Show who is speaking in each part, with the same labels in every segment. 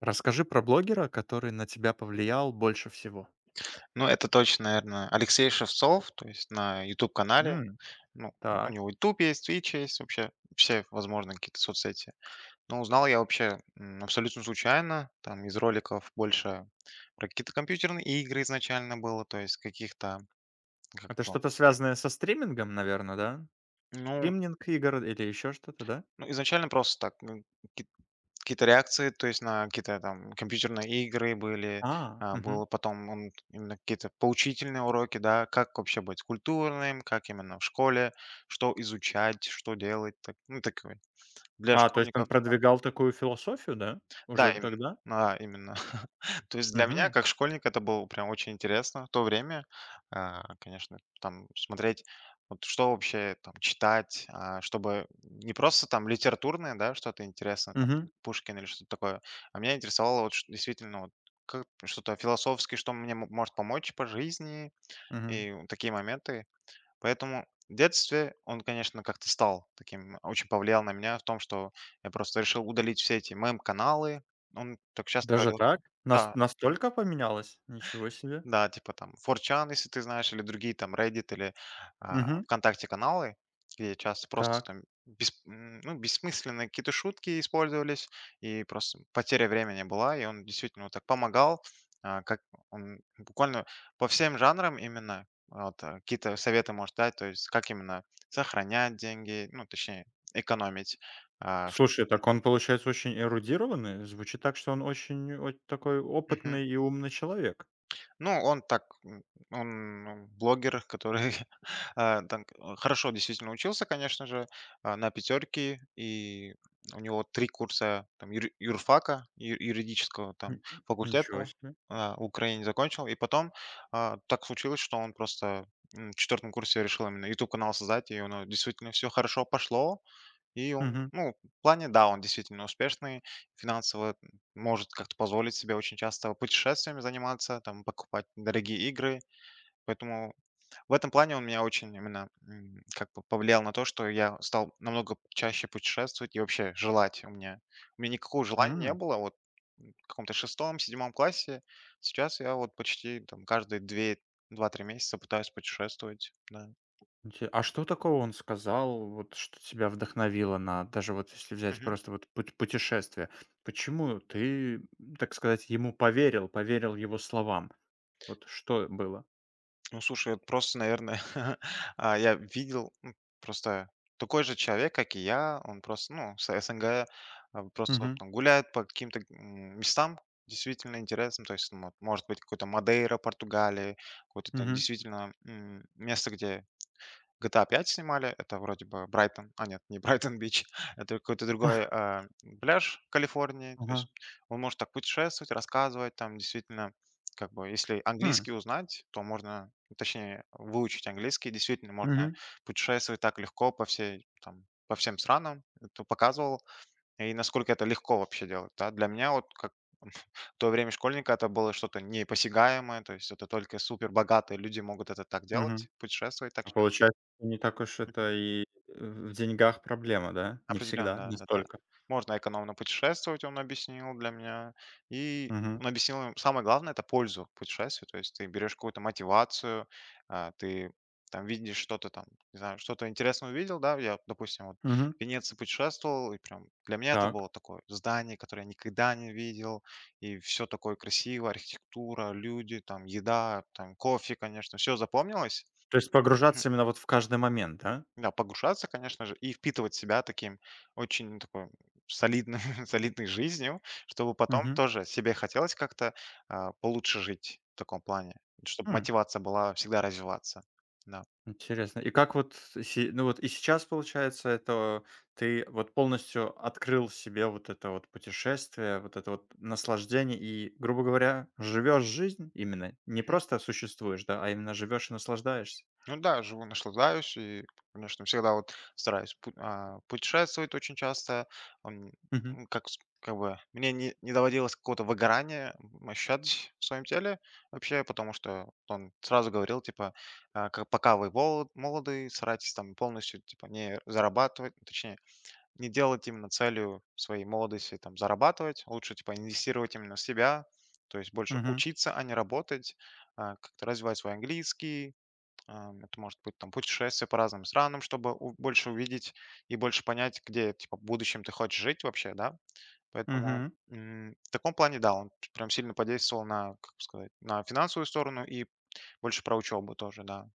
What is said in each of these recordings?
Speaker 1: Расскажи про блогера, который на тебя повлиял больше всего.
Speaker 2: Ну, это точно, наверное, Алексей Шевцов, то есть на YouTube канале.
Speaker 1: М,
Speaker 2: Ну, у
Speaker 1: так.
Speaker 2: него YouTube есть, "Твич" есть, вообще все возможные какие-то соцсети. Но узнал я вообще, абсолютно случайно, там из роликов больше про какие-то компьютерные игры изначально было, то есть каких-то, как
Speaker 1: Это
Speaker 2: его,
Speaker 1: что-то связанное со стримингом, наверное, да?
Speaker 2: ну
Speaker 1: Стриминг игр или еще что-то, да?
Speaker 2: ну изначально просто так. Какие-то реакции, то есть на какие-то там компьютерные игры были,
Speaker 1: А,
Speaker 2: было
Speaker 1: мгм.
Speaker 2: потом он именно какие-то поучительные уроки, да, как вообще быть культурным, как именно в школе, что изучать, что делать, так, ну, такой для
Speaker 1: А, то есть он
Speaker 2: школьников.
Speaker 1: продвигал такую философию, да?
Speaker 2: Да,
Speaker 1: Уже
Speaker 2: именно.
Speaker 1: тогда?
Speaker 2: Да, именно. То есть для меня,
Speaker 1: Мгм,
Speaker 2: как школьника, это было прям очень интересно в то время. А, Конечно, там смотреть, вот что вообще там читать, чтобы не просто там литературное, да, что-то интересное, там,
Speaker 1: мгм,
Speaker 2: Пушкин или что-то такое, а меня интересовало действительно вот что-то философское, что мне может помочь по жизни,
Speaker 1: мгм.
Speaker 2: и вот такие моменты. Поэтому в детстве он, конечно, как-то стал таким, очень повлиял на меня в том, что я просто решил удалить все эти мем-каналы. Он так часто
Speaker 1: Даже
Speaker 2: говорил, что
Speaker 1: так? Нас
Speaker 2: да.
Speaker 1: настолько поменялось? Ничего себе.
Speaker 2: Да, типа там форчан, если ты знаешь, или другие там Reddit или,
Speaker 1: Мгм.
Speaker 2: "ВКонтакте" каналы, где часто просто
Speaker 1: Так.
Speaker 2: там бессмысленные какие-то шутки использовались, и просто потеря времени была. И он действительно вот так помогал, а, как он буквально по всем жанрам именно какие-то советы может дать, то есть как именно сохранять деньги, ну, точнее экономить. А, ш
Speaker 1: Слушай, так он, получается, очень эрудированный. Звучит так, что он очень о такой
Speaker 2: мгм.
Speaker 1: опытный и умный человек.
Speaker 2: Ну, он так, он блогер, который хорошо действительно учился, конечно же, на пятерке, и у него 3 курса там, юрфака, юридического там
Speaker 1: М, ничего
Speaker 2: факультета
Speaker 1: себе.
Speaker 2: в Украине закончил, и потом так случилось, что он просто в четвертом курсе решил именно YouTube-канал создать, и у него действительно все хорошо пошло, и он,
Speaker 1: Мгм.
Speaker 2: ну, в плане, да, он действительно успешный, финансово может как-то позволить себе очень часто путешествиями заниматься, там, покупать дорогие игры. Поэтому в этом плане он меня очень именно как бы повлиял на то, что я стал намного чаще путешествовать и вообще желать у меня. У меня никакого желания не
Speaker 1: М.
Speaker 2: было вот в каком-то шестом, седьмом классе. Сейчас я вот почти там каждые две, 2-3 месяца пытаюсь путешествовать, да.
Speaker 1: Инте А что такого он сказал, вот что тебя вдохновило на, даже вот если взять просто вот путешествие? Почему ты, так сказать, ему поверил, поверил его словам? Вот что было?
Speaker 2: Ну, слушай, это просто, наверное, я видел, просто такой же человек, как и я. Он просто, ну, с СНГ, просто вот
Speaker 1: Мгм,
Speaker 2: там гуляет по каким-то местам действительно интересным. То есть, ну, вот, может быть, какой-то Мадейра, Португалия, какое-то там
Speaker 1: мгм.
Speaker 2: действительно место, где GTA 5 снимали, это вроде бы Брайтон, а нет, не Брайтон-Бич, это какой-то другой, пляж Калифорнии. То
Speaker 1: Ага.
Speaker 2: есть он может так путешествовать, рассказывать там действительно, как бы если
Speaker 1: Хм.
Speaker 2: английский узнать, то можно, точнее, выучить английский, действительно можно
Speaker 1: Мгм,
Speaker 2: путешествовать так легко по всей, там, по всем странам. Это показывал, и насколько это легко вообще делать, да. Для меня вот как в то время школьника это было что-то непосягаемое, то есть это только супер богатые люди могут это так
Speaker 1: мгм.
Speaker 2: делать, путешествовать так.
Speaker 1: А получается, не так уж это и э, в деньгах проблема, да? Не всегда,
Speaker 2: Определенно,
Speaker 1: не
Speaker 2: да-да-да.
Speaker 1: столько.
Speaker 2: Можно экономно путешествовать, он объяснил для меня. И
Speaker 1: Мгм,
Speaker 2: он объяснил, самое главное — это пользу путешествия. То есть ты берешь какую-то мотивацию, ты видишь что-то там, не знаю, что-то интересное увидел, да. Я, допустим, вот
Speaker 1: мгм.
Speaker 2: в Венеции путешествовал, и прям для меня это было
Speaker 1: Так.
Speaker 2: такое здание, которое я никогда не видел, и все такое красиво: архитектура, люди, там еда, там кофе, конечно, все запомнилось.
Speaker 1: То есть погружаться именно вот в каждый момент, да?
Speaker 2: Да, погружаться, конечно же, и впитывать себя таким очень такой солидной, солидной жизнью, чтобы потом
Speaker 1: Мгм.
Speaker 2: тоже себе хотелось как-то получше жить в таком плане, чтобы
Speaker 1: М.
Speaker 2: мотивация была всегда развиваться. Да.
Speaker 1: Интересно. И как вот се ну вот и сейчас, получается, это ты вот полностью открыл себе вот это вот путешествие, вот это вот наслаждение и, грубо говоря, живешь жизнь именно. Не просто существуешь, да, а именно живешь и наслаждаешься.
Speaker 2: Ну да, живу, наслаждаюсь и, конечно, всегда вот стараюсь путешествовать очень часто. Ам,
Speaker 1: Мгм.
Speaker 2: Как, как бы мне не доводилось какого-то выгорания ощущать в своем теле вообще, потому что он сразу говорил, типа, как, пока вы молоды, старайтесь там полностью, типа, не зарабатывать, ну, точнее, не делать именно целью своей молодости, там, зарабатывать, лучше, типа, инвестировать именно в себя, то есть больше
Speaker 1: Мгм.
Speaker 2: учиться, а не работать, как-то развивать свой английский. Это может быть там путешествие по разным странам, чтобы больше увидеть и больше понять, где типа в будущем ты хочешь жить вообще, да. Поэтому
Speaker 1: Мгм.
Speaker 2: в таком плане, да, он прям сильно подействовал на, как бы сказать, на финансовую сторону и больше про учебу тоже, да.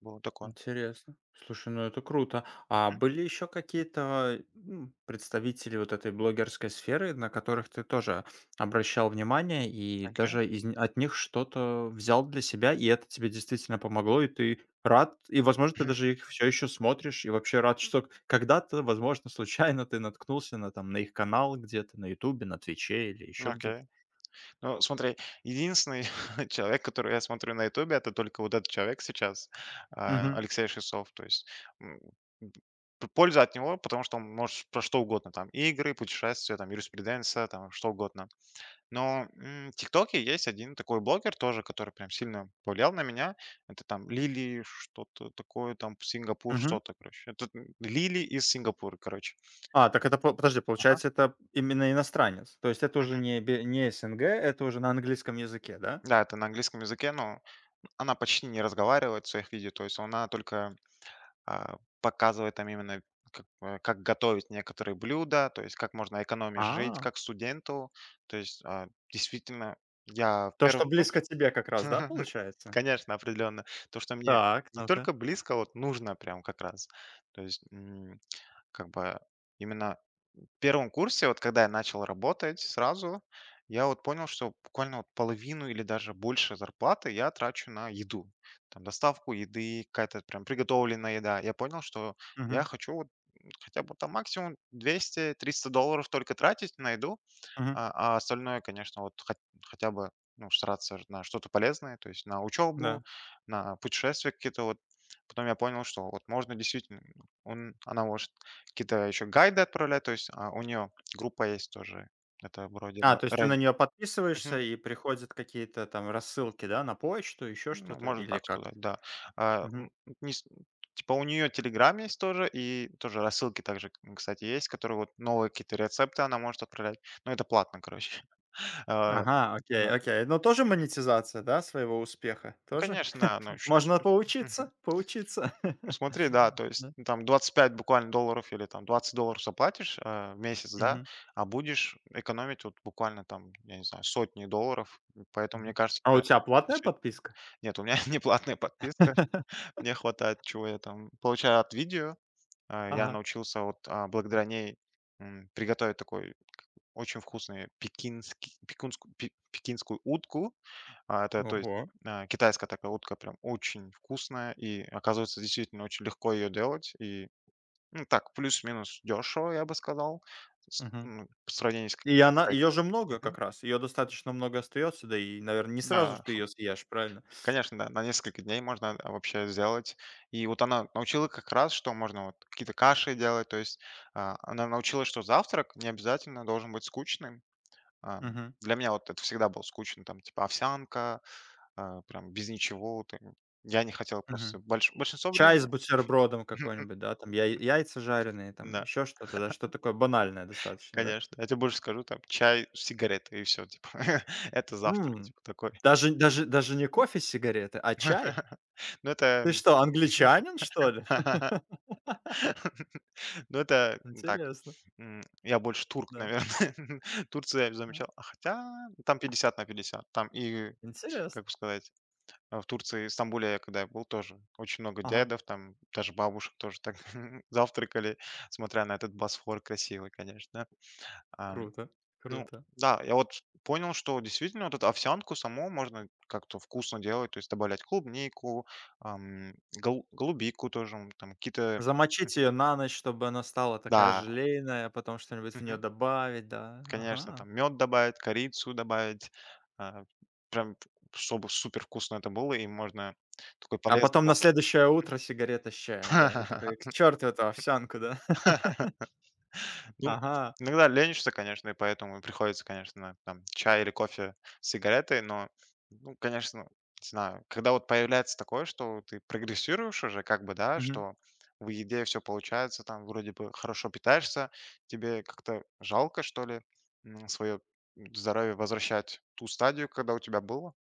Speaker 2: Было такое.
Speaker 1: Интересно. Слушай, ну это круто. А
Speaker 2: Мгм.
Speaker 1: были еще какие-то м, представители вот этой блогерской сферы, на которых ты тоже обращал внимание и
Speaker 2: Окей.
Speaker 1: даже из, от них что-то взял для себя, и это тебе действительно помогло, и ты рад, и, возможно, ты даже их все еще смотришь, и вообще рад, что когда-то, возможно, случайно ты наткнулся на, там, на их канал где-то, на Ютубе, на Твиче или еще где-то.
Speaker 2: Окей. Ну, смотри, единственный человек, который я смотрю на "Ютубе", это только вот этот человек сейчас,
Speaker 1: Угу,
Speaker 2: Алексей Шевцов. То есть, м, п польза от него, потому что он может про что угодно, там, игры, путешествия, там, юриспруденция, там, что угодно. Но, в "Тиктоке" есть один такой блогер тоже, который прям сильно повлиял на меня. Это там Лили, что-то такое, там, Сингапур, что-то, короче. Это, Лили из Сингапура, короче.
Speaker 1: а, так это по подожди,
Speaker 2: Ага.
Speaker 1: получается, это именно иностранец? То есть это уже не СНГ, это уже на английском языке, да?
Speaker 2: Да, это на английском языке, но она почти не разговаривает в своих видео, то есть она только показывает там именно как, как готовить некоторые блюда, то есть как можно экономить жить,
Speaker 1: А,
Speaker 2: как студенту. То есть действительно, я в
Speaker 1: то,
Speaker 2: первый
Speaker 1: что близко
Speaker 2: курс,
Speaker 1: тебе как раз, да, получается?
Speaker 2: конечно, определенно, то, что мне
Speaker 1: Так,
Speaker 2: не
Speaker 1: ну-ка.
Speaker 2: только близко, а вот нужно прям как раз. То есть м, как бы именно первом курсе, вот когда я начал работать сразу, я вот понял, что буквально вот половину или даже больше зарплаты я трачу на еду. Там доставку еды, какая-то прям приготовленная еда. Я понял, что я
Speaker 1: Мгм,
Speaker 2: хочу вот хотя бы там максимум 200-300 долларов только тратить на еду,
Speaker 1: мгм,
Speaker 2: а остальное, конечно, хотя бы, ну, стараться на что-то полезное, то есть на
Speaker 1: да.
Speaker 2: учебу, на путешествия какие-то вот. Потом я понял, что вот можно действительно, он она может какие-то еще гайды отправлять, то есть, у нее группа есть тоже. Это вроде
Speaker 1: А,
Speaker 2: бы
Speaker 1: то есть ты
Speaker 2: ради.
Speaker 1: на нее подписываешься,
Speaker 2: Мгм.
Speaker 1: и приходят какие-то там рассылки, да, на почту, еще
Speaker 2: Ну,
Speaker 1: что-то
Speaker 2: можно
Speaker 1: или
Speaker 2: так
Speaker 1: как?
Speaker 2: сказать, да. А,
Speaker 1: Мгм.
Speaker 2: м, не с Типа у нее "Телеграм" есть тоже, и тоже рассылки также, кстати, есть, которые вот новые какие-то рецепты она может отправлять. Но это платно, короче. А,
Speaker 1: Ага, окей,
Speaker 2: да.
Speaker 1: окей. Но тоже монетизация, да, своего успеха?
Speaker 2: Ну,
Speaker 1: Тоже?
Speaker 2: конечно, да, ну, ш с
Speaker 1: Можно
Speaker 2: мгм.
Speaker 1: поучиться, поучиться.
Speaker 2: Ну, смотри, да, то есть,
Speaker 1: Да.
Speaker 2: ну, там $25 буквально или там $20 заплатишь, в месяц, да,
Speaker 1: Мгм,
Speaker 2: а будешь экономить вот буквально там, я не знаю, сотни долларов. Поэтому, мне
Speaker 1: мгм.
Speaker 2: кажется,
Speaker 1: А у
Speaker 2: это
Speaker 1: тебя платная
Speaker 2: действительно…
Speaker 1: подписка?
Speaker 2: Нет, у меня неплатная подписка. Мне хватает, чего я там получаю от видео. Я
Speaker 1: Ага.
Speaker 2: научился вот, благодаря ней, приготовить такой очень вкусный пекинский пекунску пе пекинскую утку. А это, то есть,
Speaker 1: Ого.
Speaker 2: китайская такая утка прям очень вкусная, и оказывается, действительно очень легко ее делать. И, ну, так, плюс-минус дешево, я бы сказал,
Speaker 1: Мгм.
Speaker 2: по сравнению с
Speaker 1: И
Speaker 2: каким-то
Speaker 1: она ее
Speaker 2: стейком.
Speaker 1: же много
Speaker 2: Мгм.
Speaker 1: как раз. Ее достаточно много остается, да и, наверное не сразу
Speaker 2: Да,
Speaker 1: ж ты ее съешь, правильно?
Speaker 2: конечно, да, на несколько дней можно вообще сделать. И вот она научила как раз, что можно вот какие-то каши делать. То есть она научила, что завтрак не обязательно должен быть скучным. А,
Speaker 1: Мгм.
Speaker 2: Для меня вот это всегда был скучно, там, типа овсянка. Прям без ничего ты… Я не хотел просто
Speaker 1: Мгм.
Speaker 2: большинство
Speaker 1: Чай с
Speaker 2: времени.
Speaker 1: бутербродом какой-нибудь, да, там яй яйца жареные, там
Speaker 2: Да,
Speaker 1: еще что-то, да, что такое банальное достаточно, да?
Speaker 2: конечно. Я тебе больше скажу, там чай, сигареты и все, типа. Это завтрак,
Speaker 1: М.
Speaker 2: типа, такой.
Speaker 1: Даже даже даже не кофе с сигареты, а чай?
Speaker 2: Ну, это
Speaker 1: Ты
Speaker 2: не знаю.
Speaker 1: что, англичанин, что ли?
Speaker 2: Ну, это так.
Speaker 1: Интересно,
Speaker 2: Я больше турк,
Speaker 1: да.
Speaker 2: наверное. Турция, я
Speaker 1: А,
Speaker 2: замечал. А хотя там 50 на 50. Там и,
Speaker 1: интересно.
Speaker 2: как бы сказать… А в Турции, Стамбуле, я когда был, тоже очень много
Speaker 1: Ага.
Speaker 2: дядов, там даже бабушек тоже так завтракали, смотря на этот Босфор красивый, конечно. Ам,
Speaker 1: Круто,
Speaker 2: ну
Speaker 1: круто.
Speaker 2: да, я вот понял, что действительно вот эту овсянку саму можно как-то вкусно делать, то есть добавлять клубнику, голубику тоже, там какие-то… м,
Speaker 1: Замочить ее на ночь, чтобы она стала такая
Speaker 2: Да,
Speaker 1: желейная, потом что-нибудь в
Speaker 2: мгм,
Speaker 1: нее добавить, да,
Speaker 2: конечно,
Speaker 1: ага.
Speaker 2: там мед добавить, корицу добавить, а, прям чтобы супер вкусно это было, и можно такой
Speaker 1: А
Speaker 2: полезный
Speaker 1: потом на следующее утро сигарета с чаем, да, и
Speaker 2: завтрак.
Speaker 1: такой: "К чёрту эту овсянку", да?
Speaker 2: Ну,
Speaker 1: Ага.
Speaker 2: иногда ленишься, конечно, и поэтому приходится, конечно, там чай или кофе с сигаретой, но, ну, конечно, не знаю, когда вот появляется такое, что ты прогрессируешь уже, как бы, да,
Speaker 1: Мгм,
Speaker 2: что в еде все получается, там вроде бы хорошо питаешься, тебе как-то жалко, что ли, свое здоровье возвращать в ту стадию, когда у тебя было.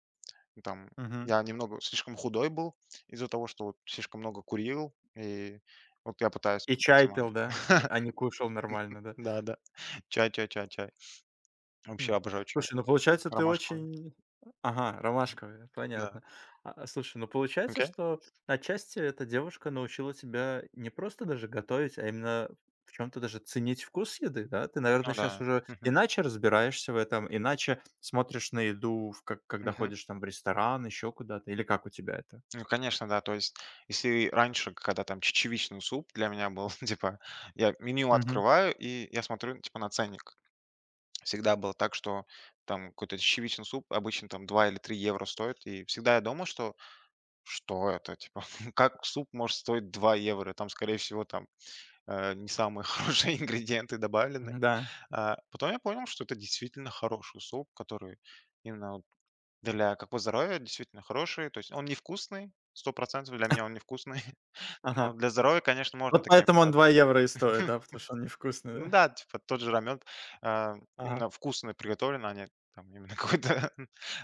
Speaker 2: Ну, там
Speaker 1: мгм.
Speaker 2: я немного слишком худой был из-за того, что вот слишком много курил, и вот я пытаюсь
Speaker 1: И чай
Speaker 2: максимально.
Speaker 1: пил, да, а не кушал нормально, да?
Speaker 2: Да, да. Чай, чай, чай, чай. Вообще
Speaker 1: Хм.
Speaker 2: обожаю чай.
Speaker 1: Слушай, ну получается, ты
Speaker 2: Ромашковый.
Speaker 1: очень. Ага, ромашковая,
Speaker 2: Да.
Speaker 1: понятно. А, слушай, ну получается,
Speaker 2: Окей.
Speaker 1: что отчасти эта девушка научила тебя не просто даже готовить, а именно в чем то даже ценить вкус еды, да? Ты,
Speaker 2: Ну
Speaker 1: наверное, сейчас
Speaker 2: да.
Speaker 1: уже
Speaker 2: Мгм,
Speaker 1: иначе разбираешься в этом, иначе смотришь на еду, в как когда
Speaker 2: мгм.
Speaker 1: ходишь там в ресторан, еще куда-то, или как у тебя это?
Speaker 2: Ну, конечно, да. То есть, если раньше, когда там чечевичный суп для меня был, типа, я меню
Speaker 1: Мгм.
Speaker 2: открываю и я смотрю, типа, на ценник. Всегда было так, что там какой-то чечевичный суп обычно там 2 или 3 евро стоит. И всегда я думал, что что это, типа, как суп может стоить 2 евро? Там, скорее всего, там не самые хорошие ингредиенты добавлены.
Speaker 1: Мгм, да.
Speaker 2: Потом я понял, что это действительно хороший суп, который именно вот для как бы здоровья действительно хороший. То есть он невкусный, 100% для меня он невкусный, но
Speaker 1: Ага.
Speaker 2: для здоровья, конечно, можно
Speaker 1: Вот
Speaker 2: таким
Speaker 1: поэтому он
Speaker 2: питаться.
Speaker 1: 2 евро и стоит, да, потому что он невкусный,
Speaker 2: Ну
Speaker 1: да?
Speaker 2: да, типа тот же рамен, а,
Speaker 1: Ага.
Speaker 2: именно вкусно приготовлен, а не там именно какой-то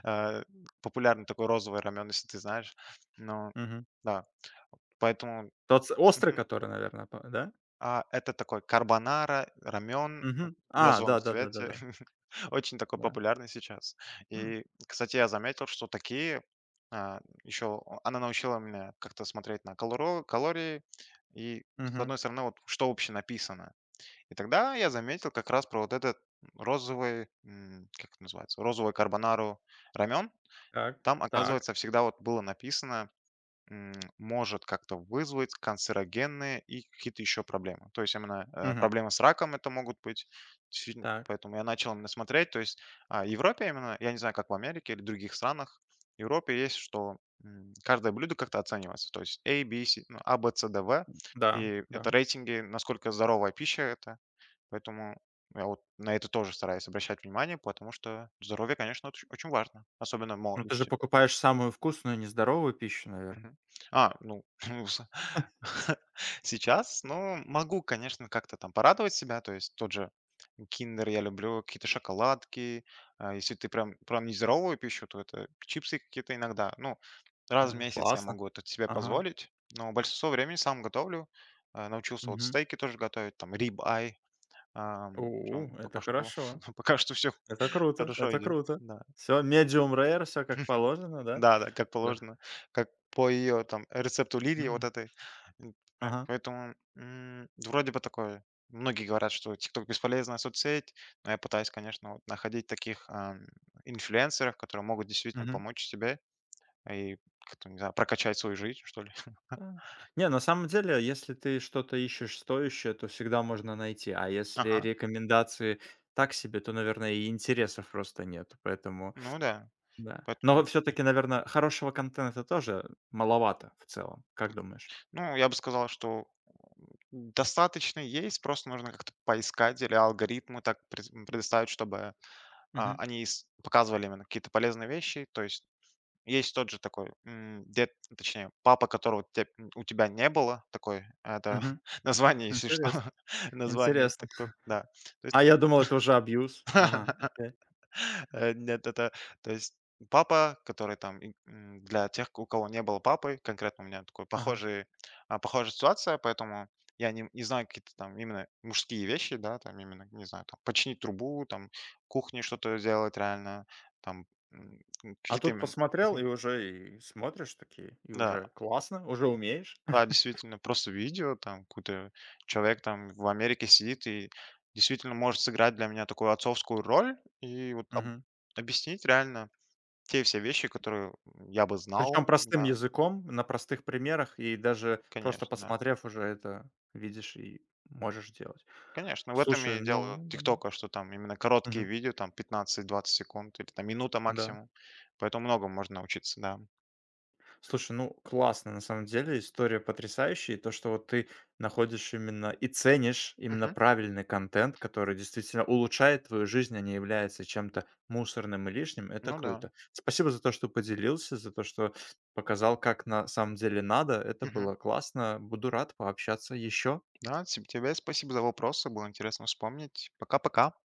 Speaker 2: а, популярный такой розовый рамен, если ты знаешь. Но
Speaker 1: Мгм.
Speaker 2: да, поэтому…
Speaker 1: Тот с острый, который, наверное, да?
Speaker 2: Это такой карбонара, рамен
Speaker 1: Мгм.
Speaker 2: в
Speaker 1: А,
Speaker 2: розовом цвете.
Speaker 1: да-да-да-да-да.
Speaker 2: Очень такой
Speaker 1: Да. Да, да, да. Да.
Speaker 2: популярный сейчас.
Speaker 1: М.
Speaker 2: И, кстати, я заметил, что такие еще она научила меня как-то смотреть на калории и, с
Speaker 1: Мгм.
Speaker 2: одной стороны, вот что вообще написано. И тогда я заметил как раз про вот этот розовый, как это называется, розовый карбонару рамен.
Speaker 1: Так,
Speaker 2: Там,
Speaker 1: так.
Speaker 2: оказывается, всегда вот было написано может как-то вызвать канцерогенные и какие-то еще проблемы. То есть именно
Speaker 1: Мгм.
Speaker 2: проблемы с раком это могут быть. Действительно,
Speaker 1: Так.
Speaker 2: поэтому я начал именно смотреть. То есть в Европе именно, я не знаю, как в Америке или других странах, в Европе есть, что каждое блюдо как-то оценивается. То есть A, B, C, ну, A, B, C, D, V.
Speaker 1: Да,
Speaker 2: И это
Speaker 1: да.
Speaker 2: рейтинги, насколько здоровая пища это. Поэтому я вот на это тоже стараюсь обращать внимание, потому что здоровье, конечно, очень важно, особенно в
Speaker 1: Ну, ты же
Speaker 2: молодости.
Speaker 1: покупаешь самую вкусную, нездоровую пищу, наверное.
Speaker 2: Мгм. Ну, с сейчас, ну, могу, конечно, как-то там порадовать себя. То есть тот же "Киндер" я люблю, какие-то шоколадки. А если ты прям нездоровую пищу, то это чипсы какие-то иногда. Ну, раз в
Speaker 1: Ну,
Speaker 2: месяц я
Speaker 1: классно.
Speaker 2: могу это себе
Speaker 1: Ага.
Speaker 2: позволить, но большинство времени сам готовлю. Научился вот
Speaker 1: Мгм.
Speaker 2: стейки тоже готовить, там rib eye. Прям
Speaker 1: У, это
Speaker 2: пока что
Speaker 1: хорошо.
Speaker 2: пока что все
Speaker 1: Это круто,
Speaker 2: хорошо
Speaker 1: это
Speaker 2: идет.
Speaker 1: круто.
Speaker 2: Да.
Speaker 1: Все, medium rare, все как положено, да?
Speaker 2: Да-да, как
Speaker 1: Да.
Speaker 2: положено, как по ее там рецепту Лилии вот
Speaker 1: Мгм.
Speaker 2: этой. М, да,
Speaker 1: Ага.
Speaker 2: поэтому, вроде бы такое. Многие говорят, что "Тикток" — бесполезная соцсеть, но я пытаюсь, конечно, вот находить таких, инфлюенсеров, которые могут действительно
Speaker 1: Мгм.
Speaker 2: помочь тебе и как-то, не знаю, прокачать свою жизнь, что ли.
Speaker 1: Да. Не, на самом деле, если ты что-то ищешь стоящее, то всегда можно найти, а если
Speaker 2: Ага,
Speaker 1: рекомендации так себе, то, наверное, и интересов просто нету, поэтому.
Speaker 2: ну да.
Speaker 1: Да. Но
Speaker 2: Поэтому,
Speaker 1: все таки наверное, хорошего контента тоже маловато в целом. Как думаешь?
Speaker 2: ну, я бы сказал, что, достаточно есть, просто нужно как-то поискать или алгоритмы так предоставить, чтобы, а,
Speaker 1: Мгм.
Speaker 2: они с показывали именно какие-то полезные вещи. То есть есть тот же такой, папа, которого те у тебя не было, такой, это
Speaker 1: Мгм.
Speaker 2: название, если что,
Speaker 1: Интерес
Speaker 2: название
Speaker 1: интересно.
Speaker 2: "ТикТок", да. То есть,
Speaker 1: А я думал, это уже абьюз. Ага, окей.
Speaker 2: нет, это, то есть папа, который там, и, для тех, у кого не было папы, конкретно у меня такой
Speaker 1: Ага.
Speaker 2: похожий, похожая ситуация, поэтому я не знаю какие-то там именно мужские вещи, да, там именно, не знаю, там починить трубу, там кухне что-то сделать реально, там,
Speaker 1: А
Speaker 2: какие-то
Speaker 1: тут
Speaker 2: именно…
Speaker 1: посмотрел и
Speaker 2: Мгм.
Speaker 1: уже и смотришь такие, и
Speaker 2: Да.
Speaker 1: уже классно, уже умеешь.
Speaker 2: Да, действительно, просто видео, там какой-то человек там в Америке сидит и действительно может сыграть для меня такую отцовскую роль и вот
Speaker 1: Мгм.
Speaker 2: объяснить реально те все вещи, которые я бы знал.
Speaker 1: Причем простым языком, на простых примерах, и даже просто
Speaker 2: Да.
Speaker 1: посмотрев, уже это видишь и можешь делать.
Speaker 2: Конечно, в этом я
Speaker 1: Слушай,
Speaker 2: и делаю
Speaker 1: ну да.
Speaker 2: ТикТока, что там именно короткие
Speaker 1: Мгм.
Speaker 2: видео, там 15-20 секунд или там минута
Speaker 1: Да.
Speaker 2: максимум. Поэтому многому можно научиться, да.
Speaker 1: Слушай, ну классно, на самом деле история потрясающая. И то, что вот ты находишь именно и ценишь именно
Speaker 2: Мгм.
Speaker 1: правильный контент, который действительно улучшает твою жизнь, а не является чем-то мусорным и лишним, это
Speaker 2: Ну да.
Speaker 1: круто. Спасибо за то, что поделился, за то, что показал, как на самом деле надо. Это
Speaker 2: Мгм.
Speaker 1: было классно. Буду рад пообщаться еще.
Speaker 2: Да, тебе спасибо за вопросы, было интересно вспомнить. Пока-пока.